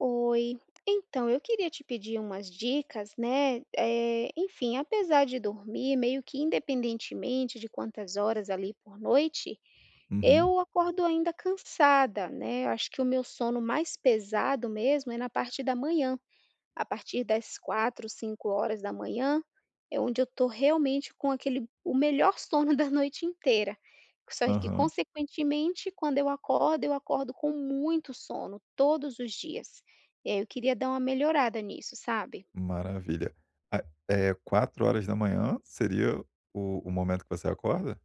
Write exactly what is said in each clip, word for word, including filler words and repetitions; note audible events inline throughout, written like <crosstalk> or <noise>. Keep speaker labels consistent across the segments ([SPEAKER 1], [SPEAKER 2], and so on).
[SPEAKER 1] Oi, então eu queria te pedir umas dicas, né? Eh, enfim, apesar de dormir, meio que independentemente de quantas horas ali por noite,
[SPEAKER 2] Uhum.
[SPEAKER 1] eu acordo ainda cansada, né? Eu acho que o meu sono mais pesado mesmo é na parte da manhã. A partir das quatro, cinco horas da manhã é onde eu tô realmente com aquele o melhor <laughs> sono da noite inteira. Só que
[SPEAKER 2] Aham.
[SPEAKER 1] consequentemente, quando eu acordo, eu acordo com muito sono todos os dias. E aí eu queria dar uma melhorada nisso, sabe.
[SPEAKER 2] Maravilha. Ah, É, quatro horas da manhã seria o o momento que você acorda?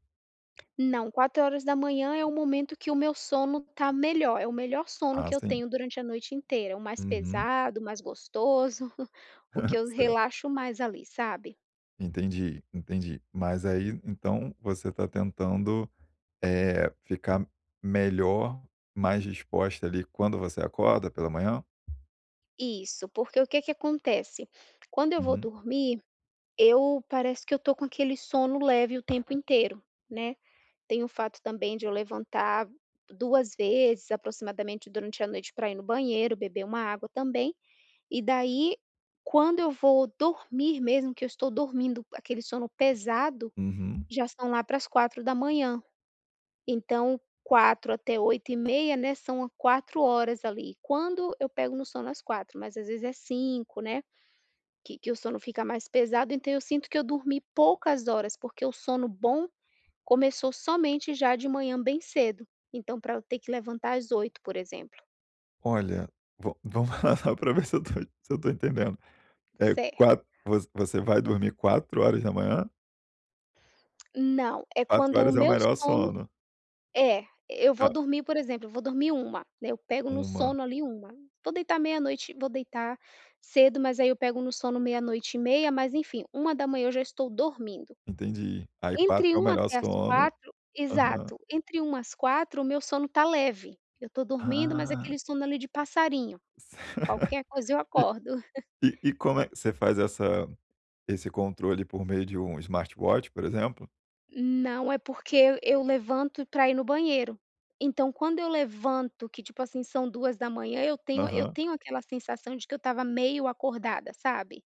[SPEAKER 1] Não, quatro horas da manhã é o momento que o meu sono tá melhor, é o melhor sono
[SPEAKER 2] Ah,
[SPEAKER 1] que eu
[SPEAKER 2] sim.
[SPEAKER 1] tenho durante a noite inteira, o mais
[SPEAKER 2] Uhum.
[SPEAKER 1] pesado, o mais gostoso, <laughs> o
[SPEAKER 2] <laughs>
[SPEAKER 1] que eu
[SPEAKER 2] Certo.
[SPEAKER 1] relaxo mais ali, sabe.
[SPEAKER 2] Entendi, entendi. Mas aí, então, você está tentando, é ficar melhor, mais disposta ali quando você acorda pela manhã?
[SPEAKER 1] Isso, porque o que que acontece? Quando eu vou
[SPEAKER 2] Uhum.
[SPEAKER 1] dormir, eu parece que eu tô com aquele sono leve o tempo inteiro, né. Tem o fato também de eu levantar duas vezes aproximadamente durante a noite para ir no banheiro, beber uma água também, e daí quando eu vou dormir mesmo, que eu estou dormindo aquele sono pesado,
[SPEAKER 2] Uhum.
[SPEAKER 1] já são lá para as quatro da manhã. Então quatro até oito e meia, né, são quatro horas ali. Quando eu pego no sono às quatro, mas às vezes é cinco, né. Que que o sono fica mais pesado, então eu sinto que eu dormi poucas horas, porque o sono bom começou somente já de manhã bem cedo. Então para eu ter que levantar às oito, por exemplo.
[SPEAKER 2] Olha, va vamos <laughs> lá para ver se eu tô se eu tô entendendo. É
[SPEAKER 1] Certo.
[SPEAKER 2] quatro, você vai dormir quatro horas da manhã,
[SPEAKER 1] Não, é
[SPEAKER 2] quatro
[SPEAKER 1] quando o
[SPEAKER 2] horas é o
[SPEAKER 1] meu
[SPEAKER 2] melhor
[SPEAKER 1] sono
[SPEAKER 2] sono?
[SPEAKER 1] é, eu vou
[SPEAKER 2] Tá.
[SPEAKER 1] dormir, por exemplo, eu vou dormir uma, né, eu pego no
[SPEAKER 2] uma.
[SPEAKER 1] sono ali uma. Vou deitar meia-noite, vou deitar cedo, mas aí eu pego no sono meia-noite e meia, mas enfim, uma da manhã eu já estou dormindo.
[SPEAKER 2] Entendi. Aí quatro
[SPEAKER 1] Entre
[SPEAKER 2] é o
[SPEAKER 1] uma
[SPEAKER 2] melhor
[SPEAKER 1] até as
[SPEAKER 2] sono.
[SPEAKER 1] quatro,
[SPEAKER 2] Aham.
[SPEAKER 1] exato, entre uma hora às quatro o meu sono tá leve, eu tô dormindo, mas é
[SPEAKER 2] Ah,
[SPEAKER 1] aquele sono ali de passarinho,
[SPEAKER 2] <laughs>
[SPEAKER 1] qualquer coisa eu
[SPEAKER 2] E
[SPEAKER 1] acordo.
[SPEAKER 2] e e como é que você faz essa esse controle por meio de um smartwatch, por exemplo?
[SPEAKER 1] Não, é porque eu levanto para ir no banheiro. Então quando eu levanto que, tipo assim, são duas da manhã, eu tenho eu
[SPEAKER 2] Aham.
[SPEAKER 1] tenho aquela sensação de que eu estava meio acordada, sabe.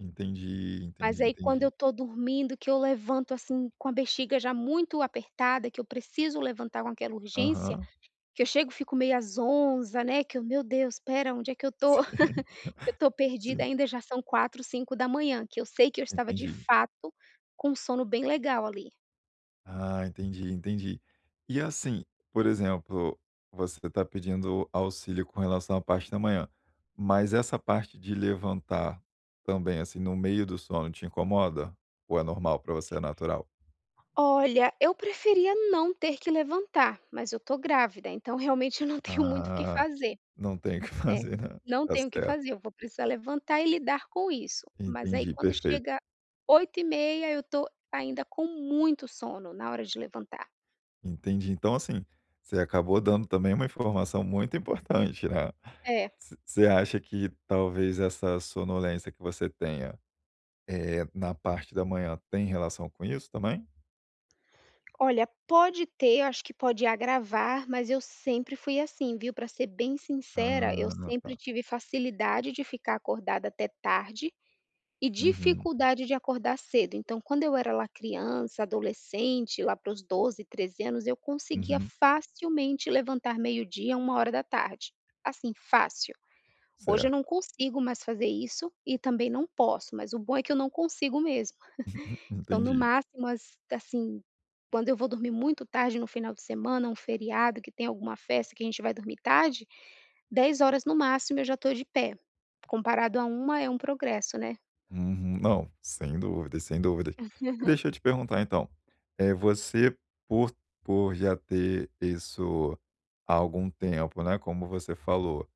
[SPEAKER 2] Entendi,
[SPEAKER 1] Mas
[SPEAKER 2] entendi,
[SPEAKER 1] aí quando eu
[SPEAKER 2] entendi.
[SPEAKER 1] tô dormindo que eu levanto, assim, com a bexiga já muito apertada, que eu preciso levantar com aquela urgência.
[SPEAKER 2] Aham.
[SPEAKER 1] Que eu chego, fico meio zonza, né, que eu: "Meu Deus, espera, onde é que eu tô? <laughs> Que eu tô
[SPEAKER 2] <laughs> Sim,
[SPEAKER 1] perdida
[SPEAKER 2] sim.
[SPEAKER 1] ainda", já são quatro, cinco da manhã, que eu sei que eu estava, de
[SPEAKER 2] Entendi.
[SPEAKER 1] fato, com um sono bem legal ali.
[SPEAKER 2] Ah, entendi, entendi. E assim, por exemplo, você está pedindo auxílio com relação à parte da manhã, mas essa parte de levantar também, assim, no meio do sono te incomoda? Ou é normal para você, é natural?
[SPEAKER 1] Olha, eu preferia não ter que levantar, mas eu tô grávida, então realmente eu não <laughs> tenho muito o que
[SPEAKER 2] Ah,
[SPEAKER 1] fazer,
[SPEAKER 2] não tem o que <laughs>
[SPEAKER 1] né.
[SPEAKER 2] fazer, né.
[SPEAKER 1] Não
[SPEAKER 2] Tá
[SPEAKER 1] tenho o que
[SPEAKER 2] certo.
[SPEAKER 1] fazer, eu vou precisar levantar e lidar com isso. Mas aí
[SPEAKER 2] Entendi,
[SPEAKER 1] quando
[SPEAKER 2] perfeito.
[SPEAKER 1] chega oito e meia, eu tô ainda com muito sono na hora de levantar.
[SPEAKER 2] Entendi. Então, assim, você acabou dando também uma informação muito importante, né.
[SPEAKER 1] É.
[SPEAKER 2] Você você acha que talvez essa sonolência que você tenha, eh, na parte da manhã tem relação com isso também?
[SPEAKER 1] Olha, pode ter, eu acho que pode agravar, mas eu sempre fui assim, viu? Para ser bem sincera, eu
[SPEAKER 2] Ah,
[SPEAKER 1] sempre
[SPEAKER 2] tá.
[SPEAKER 1] tive facilidade de ficar acordada até tarde e
[SPEAKER 2] Uhum,
[SPEAKER 1] dificuldade de acordar cedo. Então, quando eu era lá criança, adolescente, lá para os doze, treze anos, eu conseguia
[SPEAKER 2] uhum.
[SPEAKER 1] facilmente levantar meio-dia, uma hora da tarde. Assim, fácil. Hoje
[SPEAKER 2] Certo,
[SPEAKER 1] eu não consigo mais fazer isso e também não posso, mas o bom é que eu não consigo mesmo. Então, no
[SPEAKER 2] entendi.
[SPEAKER 1] máximo, as assim, quando eu vou dormir muito tarde no final de semana, um feriado que tem alguma festa que a gente vai dormir tarde, dez horas no máximo eu já estou de pé, comparado a uma é um progresso, né.
[SPEAKER 2] Uhum. Não, sem dúvidas, sem dúvidas. E deixa eu te perguntar então, é você por por já ter isso há algum tempo, né, como você falou,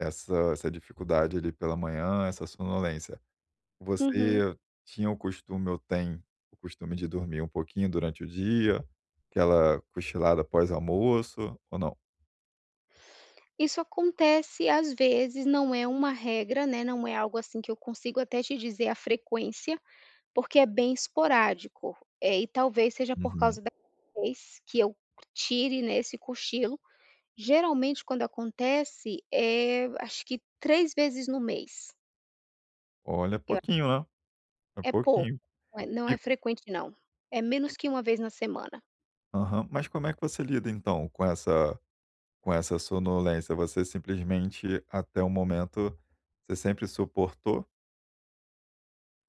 [SPEAKER 2] essa essa dificuldade ali pela manhã, essa sonolência,
[SPEAKER 1] Uhum.
[SPEAKER 2] você tinha o costume ou tem o costume de dormir um pouquinho durante o dia, aquela cochilada pós-almoço ou não?
[SPEAKER 1] Isso acontece às vezes, não é uma regra, né, não é algo assim que eu consigo até te dizer a frequência, porque é bem esporádico, eh, e talvez seja por
[SPEAKER 2] Uhum.
[SPEAKER 1] causa da vez que eu tire, né, esse cochilo. Geralmente quando acontece, eh, acho que três vezes no mês.
[SPEAKER 2] Olha, é
[SPEAKER 1] Eu
[SPEAKER 2] pouquinho, né, é
[SPEAKER 1] é pouco,
[SPEAKER 2] pouquinho.
[SPEAKER 1] não é, não
[SPEAKER 2] E
[SPEAKER 1] é frequente não. É menos que uma vez na semana.
[SPEAKER 2] aham. Mas como é que você lida então com essa? Com essa sonolência, você simplesmente, até o momento, você sempre suportou?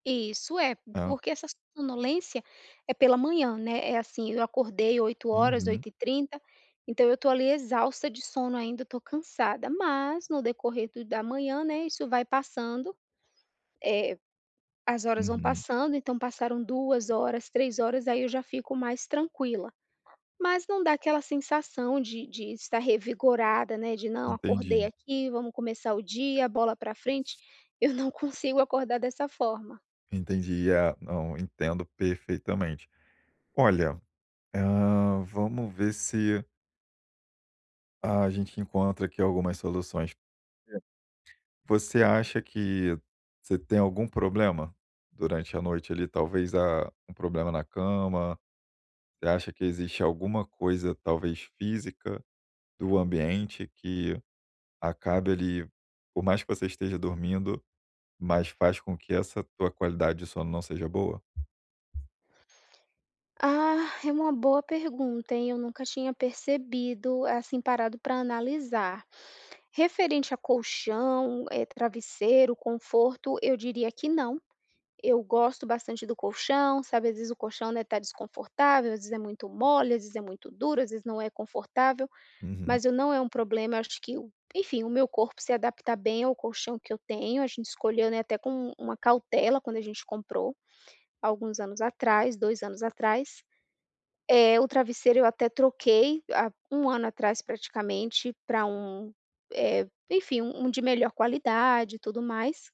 [SPEAKER 1] Isso, é,
[SPEAKER 2] É.
[SPEAKER 1] porque essa sonolência é pela manhã, né, é assim, eu acordei oito horas,
[SPEAKER 2] Uhum,
[SPEAKER 1] oito e trinta, então eu tô ali exausta de sono ainda, tô cansada, mas no decorrer do da manhã, né, isso vai passando, eh, as horas vão
[SPEAKER 2] uhum.
[SPEAKER 1] passando, então passaram duas horas, três horas, aí eu já fico mais tranquila. Mas não dá aquela sensação de de estar revigorada, né, de: "Não, acordei
[SPEAKER 2] Entendi,
[SPEAKER 1] aqui, vamos começar o dia, bola para frente". Eu não <laughs> consigo acordar dessa forma.
[SPEAKER 2] entendi. É, não, entendo perfeitamente. Olha, hã, vamos ver se a gente encontra aqui algumas soluções. É. Você acha que você tem algum problema durante a noite ali? Talvez a um problema na cama? Você acha que existe alguma coisa, talvez física, do ambiente que acabe ali, por mais que você esteja dormindo, mas faz com que essa tua qualidade de sono não seja boa?
[SPEAKER 1] Ah, é uma boa pergunta, hein, eu nunca tinha percebido, assim, parado para analisar. Referente a colchão, eh, travesseiro, conforto, eu diria que não. Eu gosto bastante do colchão, sabe, às vezes o colchão, né, tá desconfortável, às vezes é muito mole, às vezes é muito duro, às vezes não é confortável.
[SPEAKER 2] Uhum.
[SPEAKER 1] Mas eu não é um problema, eu acho que o enfim, o meu corpo se adapta bem ao colchão que eu tenho, a gente escolheu, né, até com uma cautela quando a gente comprou, alguns anos atrás, dois anos atrás. É o travesseiro eu até troquei há um ano atrás praticamente para um, eh, enfim, um um de melhor qualidade e tudo mais,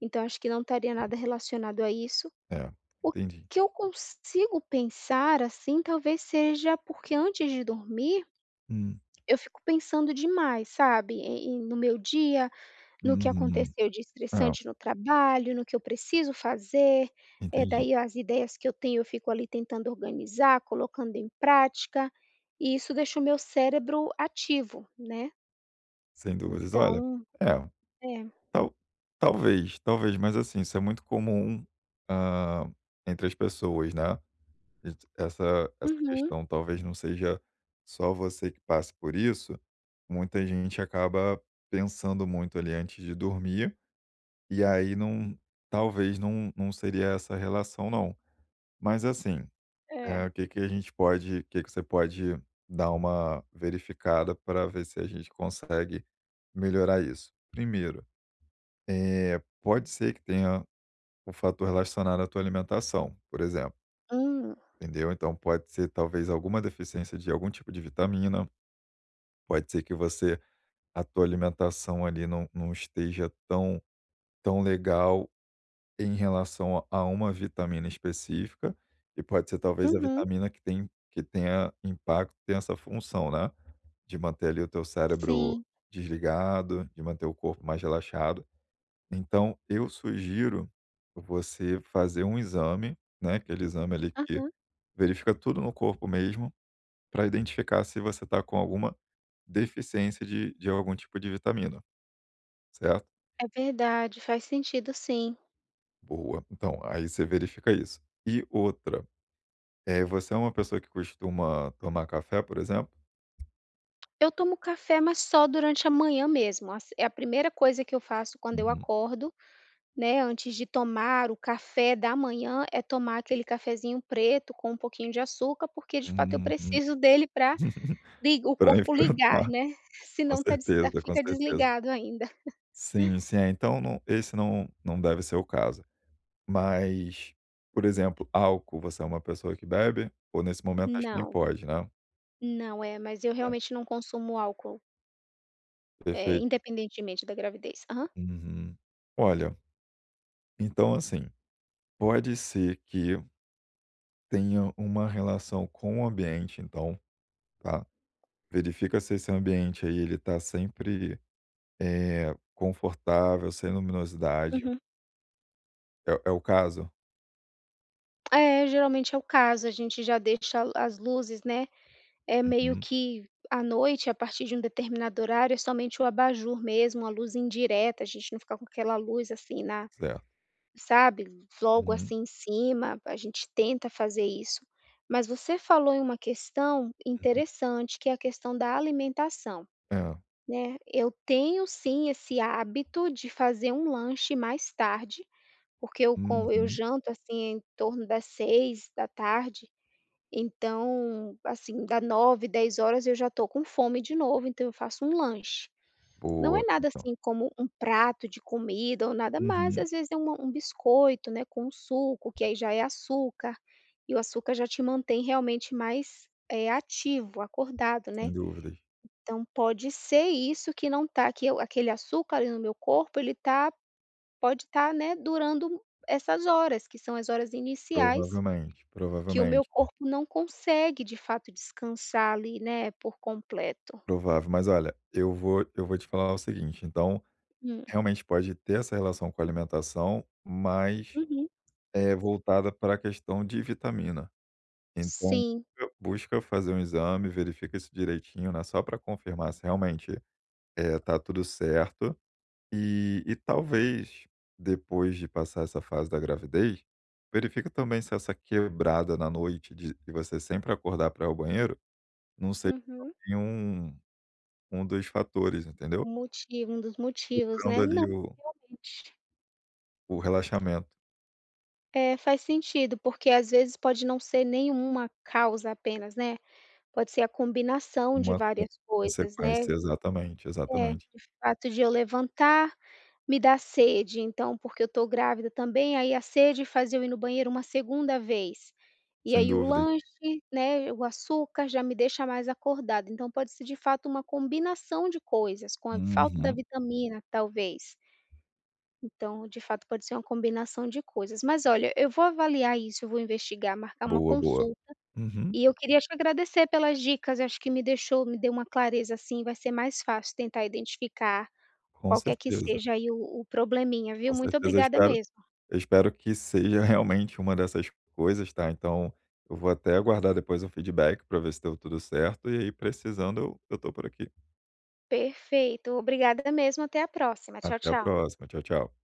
[SPEAKER 1] então acho que não estaria nada relacionado a isso.
[SPEAKER 2] É,
[SPEAKER 1] O
[SPEAKER 2] entendi.
[SPEAKER 1] que eu consigo pensar, assim, talvez seja porque antes de dormir
[SPEAKER 2] Hum,
[SPEAKER 1] eu fico pensando demais, sabe, em em no meu dia, no que
[SPEAKER 2] uhum.
[SPEAKER 1] aconteceu de
[SPEAKER 2] É,
[SPEAKER 1] estressante no trabalho, no que eu preciso fazer. É
[SPEAKER 2] entendi.
[SPEAKER 1] daí as ideias que eu tenho eu fico ali tentando organizar, colocando em prática, e isso deixa o meu cérebro ativo, né.
[SPEAKER 2] Sem dúvidas. Olha,
[SPEAKER 1] Então
[SPEAKER 2] é,
[SPEAKER 1] é.
[SPEAKER 2] tal talvez, talvez, mas assim, isso é muito comum, hã, entre as pessoas, né. Ent essa essa
[SPEAKER 1] Uhum.
[SPEAKER 2] questão talvez não seja só você que passe por isso, muita gente acaba pensando muito ali antes de dormir. E aí não, talvez não não seria essa relação não. Mas assim,
[SPEAKER 1] É.
[SPEAKER 2] eh, o que que a gente pode, o que que você pode dar uma verificada para ver se a gente consegue melhorar isso. Primeiro, eh, pode ser que tenha o fator relacionado à tua alimentação, por exemplo,
[SPEAKER 1] Hum.
[SPEAKER 2] entendeu? Então pode ser talvez alguma deficiência de algum tipo de vitamina, pode ser que você, a tua alimentação ali não não esteja tão tão legal em relação a a uma vitamina específica, e pode ser talvez a
[SPEAKER 1] Uhum.
[SPEAKER 2] vitamina que tem que tenha impacto, tem essa função, né, de manter ali o teu cérebro
[SPEAKER 1] Sim.
[SPEAKER 2] desligado, de manter o corpo mais relaxado. Então eu sugiro você fazer um exame, né, aquele exame ali que
[SPEAKER 1] Aham.
[SPEAKER 2] verifica tudo no corpo mesmo, para identificar se você está com alguma deficiência de de algum tipo de vitamina, certo?
[SPEAKER 1] É verdade, faz sentido sim.
[SPEAKER 2] Boa, então aí você verifica isso. E outra. É, e você é uma pessoa que costuma tomar café, por exemplo?
[SPEAKER 1] Eu tomo café, mas só durante a manhã mesmo, ass é a primeira coisa que eu faço quando eu
[SPEAKER 2] Uhum.
[SPEAKER 1] acordo, né, antes de tomar o café da manhã, é tomar aquele cafezinho preto com um pouquinho de açúcar, porque de fato eu
[SPEAKER 2] Uhum.
[SPEAKER 1] preciso dele para
[SPEAKER 2] <laughs>
[SPEAKER 1] o
[SPEAKER 2] Pra
[SPEAKER 1] corpo ligar,
[SPEAKER 2] enfrentar,
[SPEAKER 1] né, <laughs>
[SPEAKER 2] com
[SPEAKER 1] senão tá des tá
[SPEAKER 2] certeza, com
[SPEAKER 1] fica
[SPEAKER 2] certeza.
[SPEAKER 1] desligado ainda.
[SPEAKER 2] Sim, sim. É, então não, esse não, não deve ser o caso. Mas, por exemplo, álcool, você é uma pessoa que bebe? Ou nesse momento acho que nem
[SPEAKER 1] Não,
[SPEAKER 2] pode, né?
[SPEAKER 1] não, é, mas eu
[SPEAKER 2] Tá,
[SPEAKER 1] realmente não consumo álcool, eh,
[SPEAKER 2] perfeito.
[SPEAKER 1] independentemente da gravidez. Aham.
[SPEAKER 2] Uhum. Olha, então assim, pode ser que tenha uma relação com o ambiente então, tá? Verifica se esse ambiente aí ele tá sempre é, confortável, sem luminosidade.
[SPEAKER 1] Uhum.
[SPEAKER 2] É é o caso?
[SPEAKER 1] É, geralmente é o caso, a gente já deixa a- as luzes, né. É meio
[SPEAKER 2] Uhum,
[SPEAKER 1] que à noite, a partir de um determinado horário, é somente o abajur mesmo, a luz indireta, a gente não fica com aquela luz, assim, na,
[SPEAKER 2] certo.
[SPEAKER 1] sabe, logo
[SPEAKER 2] Uhum,
[SPEAKER 1] assim em cima, a gente tenta fazer isso. Mas você falou em uma questão
[SPEAKER 2] uhum.
[SPEAKER 1] interessante, que é a questão da alimentação,
[SPEAKER 2] É.
[SPEAKER 1] né. Eu tenho sim esse hábito de fazer um lanche mais tarde, porque eu com eu
[SPEAKER 2] Uhum.
[SPEAKER 1] janto, assim, em torno das seis da tarde, então, assim, da nove dez horas eu já estou com fome de novo, então eu faço um lanche. Não é
[SPEAKER 2] Boa,
[SPEAKER 1] nada
[SPEAKER 2] então.
[SPEAKER 1] assim como um prato de comida ou nada, mas
[SPEAKER 2] Uhum,
[SPEAKER 1] às vezes é uma um biscoito, né, com um suco, que aí já é açúcar, e o açúcar já te mantém realmente mais, eh, ativo, acordado, né.
[SPEAKER 2] sem dúvidas.
[SPEAKER 1] Então pode ser isso que não tá que eu aquele açúcar ali no meu corpo, ele tá pode estar, né, durando essas horas, que são as horas iniciais,
[SPEAKER 2] Provavelmente,
[SPEAKER 1] que o meu
[SPEAKER 2] provavelmente.
[SPEAKER 1] corpo não consegue de fato descansar ali, né, por completo.
[SPEAKER 2] Provável. Mas olha, eu vou eu vou te falar o seguinte, então,
[SPEAKER 1] Hum.
[SPEAKER 2] realmente pode ter essa relação com a alimentação, mas
[SPEAKER 1] Uhum.
[SPEAKER 2] é voltada para a questão de vitamina. Então,
[SPEAKER 1] Sim.
[SPEAKER 2] eu busca fazer um exame, verifica isso direitinho, né, só para confirmar se realmente, eh, tá tudo certo. E e talvez, depois de passar essa fase da gravidez, verifica também se essa quebrada na noite de de você sempre acordar para ir ao banheiro, não seja
[SPEAKER 1] Uhum.
[SPEAKER 2] um um dos fatores, entendeu.
[SPEAKER 1] O motivo, um dos motivos,
[SPEAKER 2] Quebrando
[SPEAKER 1] né.
[SPEAKER 2] ali
[SPEAKER 1] Não,
[SPEAKER 2] o
[SPEAKER 1] realmente,
[SPEAKER 2] o relaxamento,
[SPEAKER 1] eh, faz sentido, porque às vezes pode não ser nenhuma causa apenas, né, pode ser a combinação de
[SPEAKER 2] uma con
[SPEAKER 1] várias coisas, né.
[SPEAKER 2] consequência. Exatamente,
[SPEAKER 1] É, o
[SPEAKER 2] exatamente.
[SPEAKER 1] fato de eu levantar me dá sede, então, porque eu estou grávida também, aí a sede faz eu ir no banheiro uma segunda vez. E
[SPEAKER 2] Sem
[SPEAKER 1] aí o
[SPEAKER 2] dúvida.
[SPEAKER 1] lanche, né, o açúcar já me deixa mais acordada, então pode ser de fato uma combinação de coisas, com a falta da
[SPEAKER 2] Uhum.
[SPEAKER 1] vitamina, talvez. Então, de fato, pode ser uma combinação de coisas. Mas olha, eu vou avaliar isso, eu vou investigar, marcar uma
[SPEAKER 2] Boa, boa.
[SPEAKER 1] consulta.
[SPEAKER 2] Uhum.
[SPEAKER 1] E eu queria te agradecer pelas dicas, acho que me deixou me deu uma clareza, assim, vai ser mais fácil tentar identificar
[SPEAKER 2] Com
[SPEAKER 1] qualquer que
[SPEAKER 2] certeza,
[SPEAKER 1] seja aí o o probleminha,
[SPEAKER 2] com
[SPEAKER 1] viu. Muito
[SPEAKER 2] certeza.
[SPEAKER 1] obrigada
[SPEAKER 2] Espero
[SPEAKER 1] mesmo.
[SPEAKER 2] Eu espero que seja <laughs> realmente uma dessas coisas, tá? Então, eu vou até aguardar depois um feedback para ver se deu tudo certo. E aí, precisando, eu, eu tô por aqui.
[SPEAKER 1] Perfeito, obrigada mesmo, até a próxima. Tchau,
[SPEAKER 2] Até a
[SPEAKER 1] tchau.
[SPEAKER 2] próxima. Tchau, tchau.